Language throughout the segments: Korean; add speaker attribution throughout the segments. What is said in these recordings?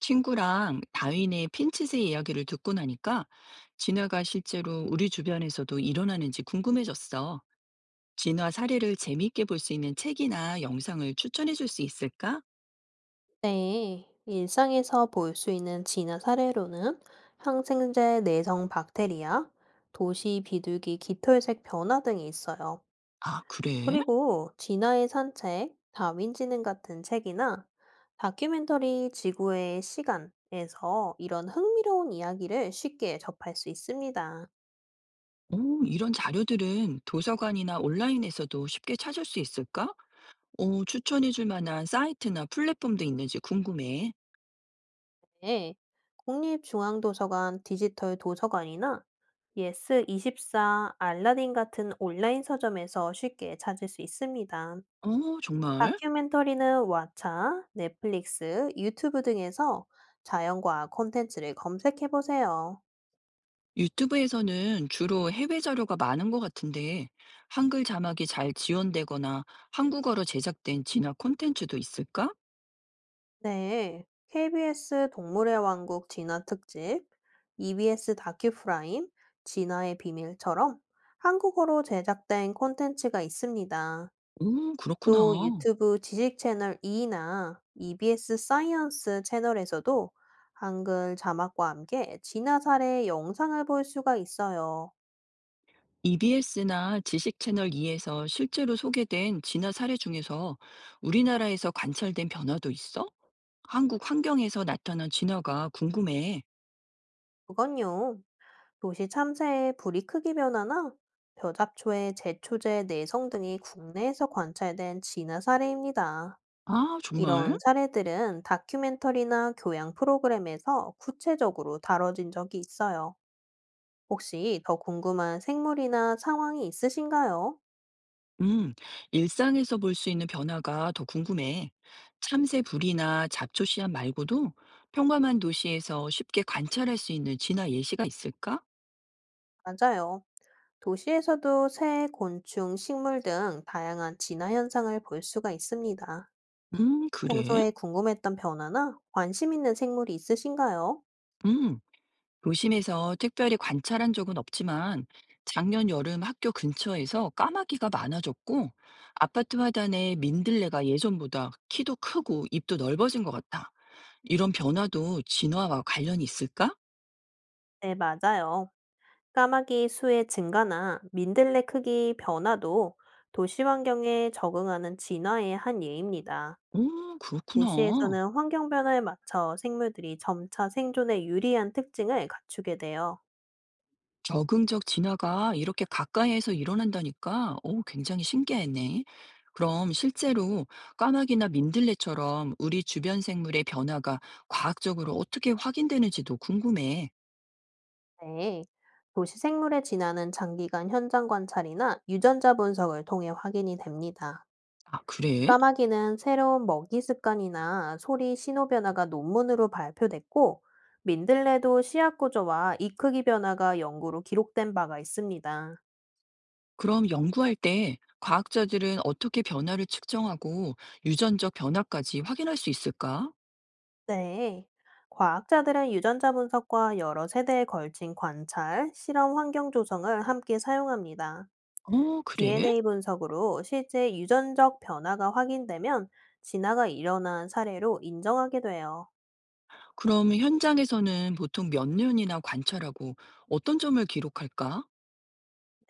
Speaker 1: 친구랑 다윈의 핀칫의 이야기를 듣고 나니까 진화가 실제로 우리 주변에서도 일어나는지 궁금해졌어. 진화 사례를 재미있게 볼 수 있는 책이나 영상을 추천해 줄 수 있을까?
Speaker 2: 네, 일상에서 볼 수 있는 진화 사례로는 항생제 내성 박테리아, 도시 비둘기 깃털색 변화 등이 있어요.
Speaker 1: 아, 그래?
Speaker 2: 그리고 진화의 산책, 다윈지능 같은 책이나 다큐멘터리 지구의 시간에서 이런 흥미로운 이야기를 쉽게 접할 수 있습니다.
Speaker 1: 오, 이런 자료들은 도서관이나 온라인에서도 쉽게 찾을 수 있을까? 오, 추천해 줄 만한 사이트나 플랫폼도 있는지 궁금해.
Speaker 2: 네, 국립중앙도서관 디지털 도서관이나 예스24, 알라딘 같은 온라인 서점에서 쉽게 찾을 수 있습니다.
Speaker 1: 어, 정말?
Speaker 2: 다큐멘터리는 왓챠, 넷플릭스, 유튜브 등에서 자연과학 콘텐츠를 검색해 보세요.
Speaker 1: 유튜브에서는 주로 해외 자료가 많은 것 같은데, 한글 자막이 잘 지원되거나 한국어로 제작된 진화 콘텐츠도 있을까?
Speaker 2: 네. KBS 동물의 왕국 진화 특집, EBS 다큐프라임, 진화의 비밀처럼 한국어로 제작된 콘텐츠가 있습니다. 또
Speaker 1: 그렇구나.
Speaker 2: 유튜브 지식 채널 E나 EBS 사이언스 채널에서도 한글 자막과 함께 진화 사례 영상을 볼 수가 있어요.
Speaker 1: EBS나 지식 채널 2에서 실제로 소개된 진화 사례 중에서 우리나라에서 관찰된 변화도 있어? 한국 환경에서 나타난 진화가 궁금해.
Speaker 2: 그건요, 도시 참새의 부리 크기 변화나 벼잡초의 제초제 내성 등이 국내에서 관찰된 진화 사례입니다.
Speaker 1: 아, 정말?
Speaker 2: 이런 사례들은 다큐멘터리나 교양 프로그램에서 구체적으로 다뤄진 적이 있어요. 혹시 더 궁금한 생물이나 상황이 있으신가요?
Speaker 1: 음, 일상에서 볼 수 있는 변화가 더 궁금해. 참새불이나 잡초씨앗 말고도 평범한 도시에서 쉽게 관찰할 수 있는 진화 예시가 있을까?
Speaker 2: 맞아요. 도시에서도 새, 곤충, 식물 등 다양한 진화 현상을 볼 수가 있습니다.
Speaker 1: 그래?
Speaker 2: 평소에 궁금했던 변화나 관심 있는 생물이 있으신가요?
Speaker 1: 음, 도심에서 특별히 관찰한 적은 없지만 작년 여름 학교 근처에서 까마귀가 많아졌고 아파트 화단에 민들레가 예전보다 키도 크고 입도 넓어진 것 같아. 이런 변화도 진화와 관련이 있을까?
Speaker 2: 네, 맞아요. 까마귀 수의 증가나 민들레 크기 변화도 도시 환경에 적응하는 진화의 한 예입니다.
Speaker 1: 오, 그렇구나.
Speaker 2: 도시에서는 환경 변화에 맞춰 생물들이 점차 생존에 유리한 특징을 갖추게 돼요.
Speaker 1: 적응적 진화가 이렇게 가까이에서 일어난다니까? 오, 굉장히 신기했네. 그럼 실제로 까마귀나 민들레처럼 우리 주변 생물의 변화가 과학적으로 어떻게 확인되는지도 궁금해.
Speaker 2: 네, 도시 생물의 진화는 장기간 현장 관찰이나 유전자 분석을 통해 확인이 됩니다.
Speaker 1: 아, 그래?
Speaker 2: 까마귀는 새로운 먹이 습관이나 소리 신호 변화가 논문으로 발표됐고, 민들레도 씨앗 구조와 이 크기 변화가 연구로 기록된 바가 있습니다.
Speaker 1: 그럼 연구할 때 과학자들은 어떻게 변화를 측정하고 유전적 변화까지 확인할 수 있을까?
Speaker 2: 네, 과학자들은 유전자 분석과 여러 세대에 걸친 관찰, 실험 환경 조성을 함께 사용합니다.
Speaker 1: 어, 그래?
Speaker 2: DNA 분석으로 실제 유전적 변화가 확인되면 진화가 일어난 사례로 인정하게 돼요.
Speaker 1: 그럼 현장에서는 보통 몇 년이나 관찰하고 어떤 점을 기록할까?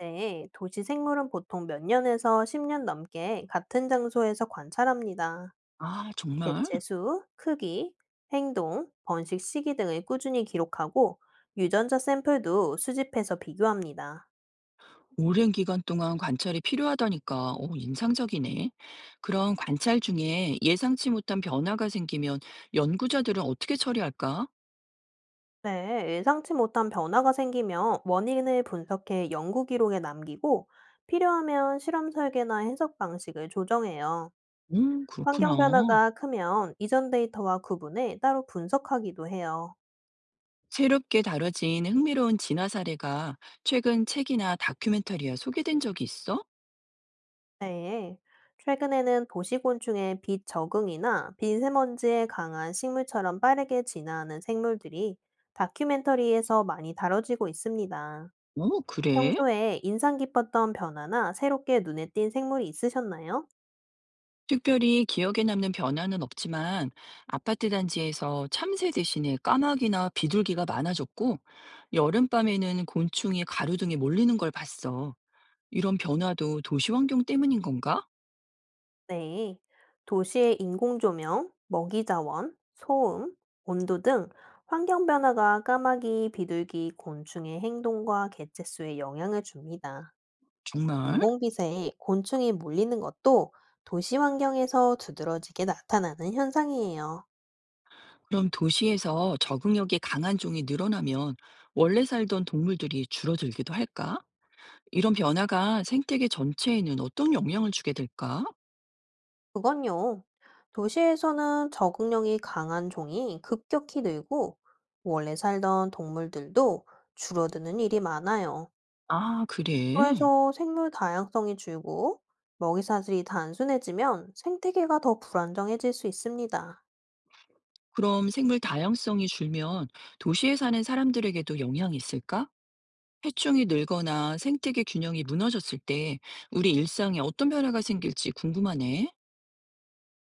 Speaker 2: 네, 도시 생물은 보통 몇 년에서 10년 넘게 같은 장소에서 관찰합니다.
Speaker 1: 아, 정말?
Speaker 2: 개체 수, 크기, 행동, 번식 시기 등을 꾸준히 기록하고 유전자 샘플도 수집해서 비교합니다.
Speaker 1: 오랜 기간 동안 관찰이 필요하다니까, 오, 인상적이네. 그런 관찰 중에 예상치 못한 변화가 생기면 연구자들은 어떻게 처리할까?
Speaker 2: 네, 예상치 못한 변화가 생기면 원인을 분석해 연구 기록에 남기고 필요하면 실험 설계나 해석 방식을 조정해요.
Speaker 1: 그렇구나.
Speaker 2: 환경 변화가 크면 이전 데이터와 구분해 따로 분석하기도 해요.
Speaker 1: 새롭게 다뤄진 흥미로운 진화 사례가 최근 책이나 다큐멘터리에 소개된 적이 있어?
Speaker 2: 네, 최근에는 도시곤충의 빛 적응이나 미세먼지에 강한 식물처럼 빠르게 진화하는 생물들이 다큐멘터리에서 많이 다뤄지고 있습니다.
Speaker 1: 오, 그래?
Speaker 2: 평소에 인상 깊었던 변화나 새롭게 눈에 띈 생물이 있으셨나요?
Speaker 1: 특별히 기억에 남는 변화는 없지만 아파트 단지에서 참새 대신에 까마귀나 비둘기가 많아졌고 여름밤에는 곤충이 가로등에 몰리는 걸 봤어. 이런 변화도 도시 환경 때문인 건가?
Speaker 2: 네, 도시의 인공조명, 먹이자원, 소음, 온도 등 환경 변화가 까마귀, 비둘기, 곤충의 행동과 개체수에 영향을 줍니다.
Speaker 1: 정말?
Speaker 2: 인공빛에 곤충이 몰리는 것도 도시 환경에서 두드러지게 나타나는 현상이에요.
Speaker 1: 그럼 도시에서 적응력이 강한 종이 늘어나면 원래 살던 동물들이 줄어들기도 할까? 이런 변화가 생태계 전체에는 어떤 영향을 주게 될까?
Speaker 2: 그건요, 도시에서는 적응력이 강한 종이 급격히 늘고 원래 살던 동물들도 줄어드는 일이 많아요.
Speaker 1: 아, 그래.
Speaker 2: 그래서 생물 다양성이 줄고 먹이사슬이 단순해지면 생태계가 더 불안정해질 수 있습니다.
Speaker 1: 그럼 생물 다양성이 줄면 도시에 사는 사람들에게도 영향이 있을까? 해충이 늘거나 생태계 균형이 무너졌을 때 우리 일상에 어떤 변화가 생길지 궁금하네.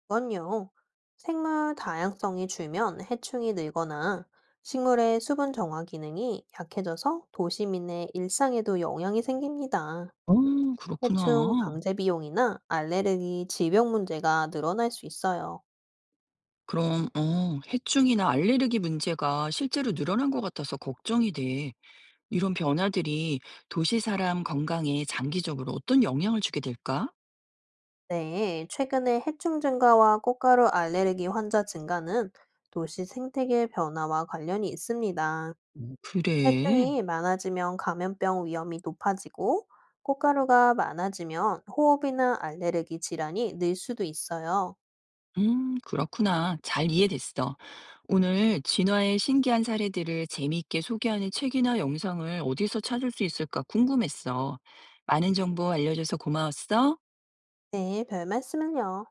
Speaker 2: 건요, 생물 다양성이 줄면 해충이 늘거나 식물의 수분 정화 기능이 약해져서 도시민의 일상에도 영향이 생깁니다.
Speaker 1: 어,
Speaker 2: 해충
Speaker 1: 그렇구나.
Speaker 2: 방제 비용이나 알레르기, 질병 문제가 늘어날 수 있어요.
Speaker 1: 그럼 해충이나 알레르기 문제가 실제로 늘어난 것 같아서 걱정이 돼. 이런 변화들이 도시 사람 건강에 장기적으로 어떤 영향을 주게 될까?
Speaker 2: 네, 최근에 해충 증가와 꽃가루 알레르기 환자 증가는 도시 생태계 변화와 관련이 있습니다.
Speaker 1: 오, 그래.
Speaker 2: 해충이 많아지면 감염병 위험이 높아지고 꽃가루가 많아지면 호흡이나 알레르기 질환이 늘 수도 있어요.
Speaker 1: 그렇구나. 잘 이해됐어. 오늘 진화의 신기한 사례들을 재미있게 소개하는 책이나 영상을 어디서 찾을 수 있을까 궁금했어. 많은 정보 알려줘서 고마웠어.
Speaker 2: 네, 별 말씀을요.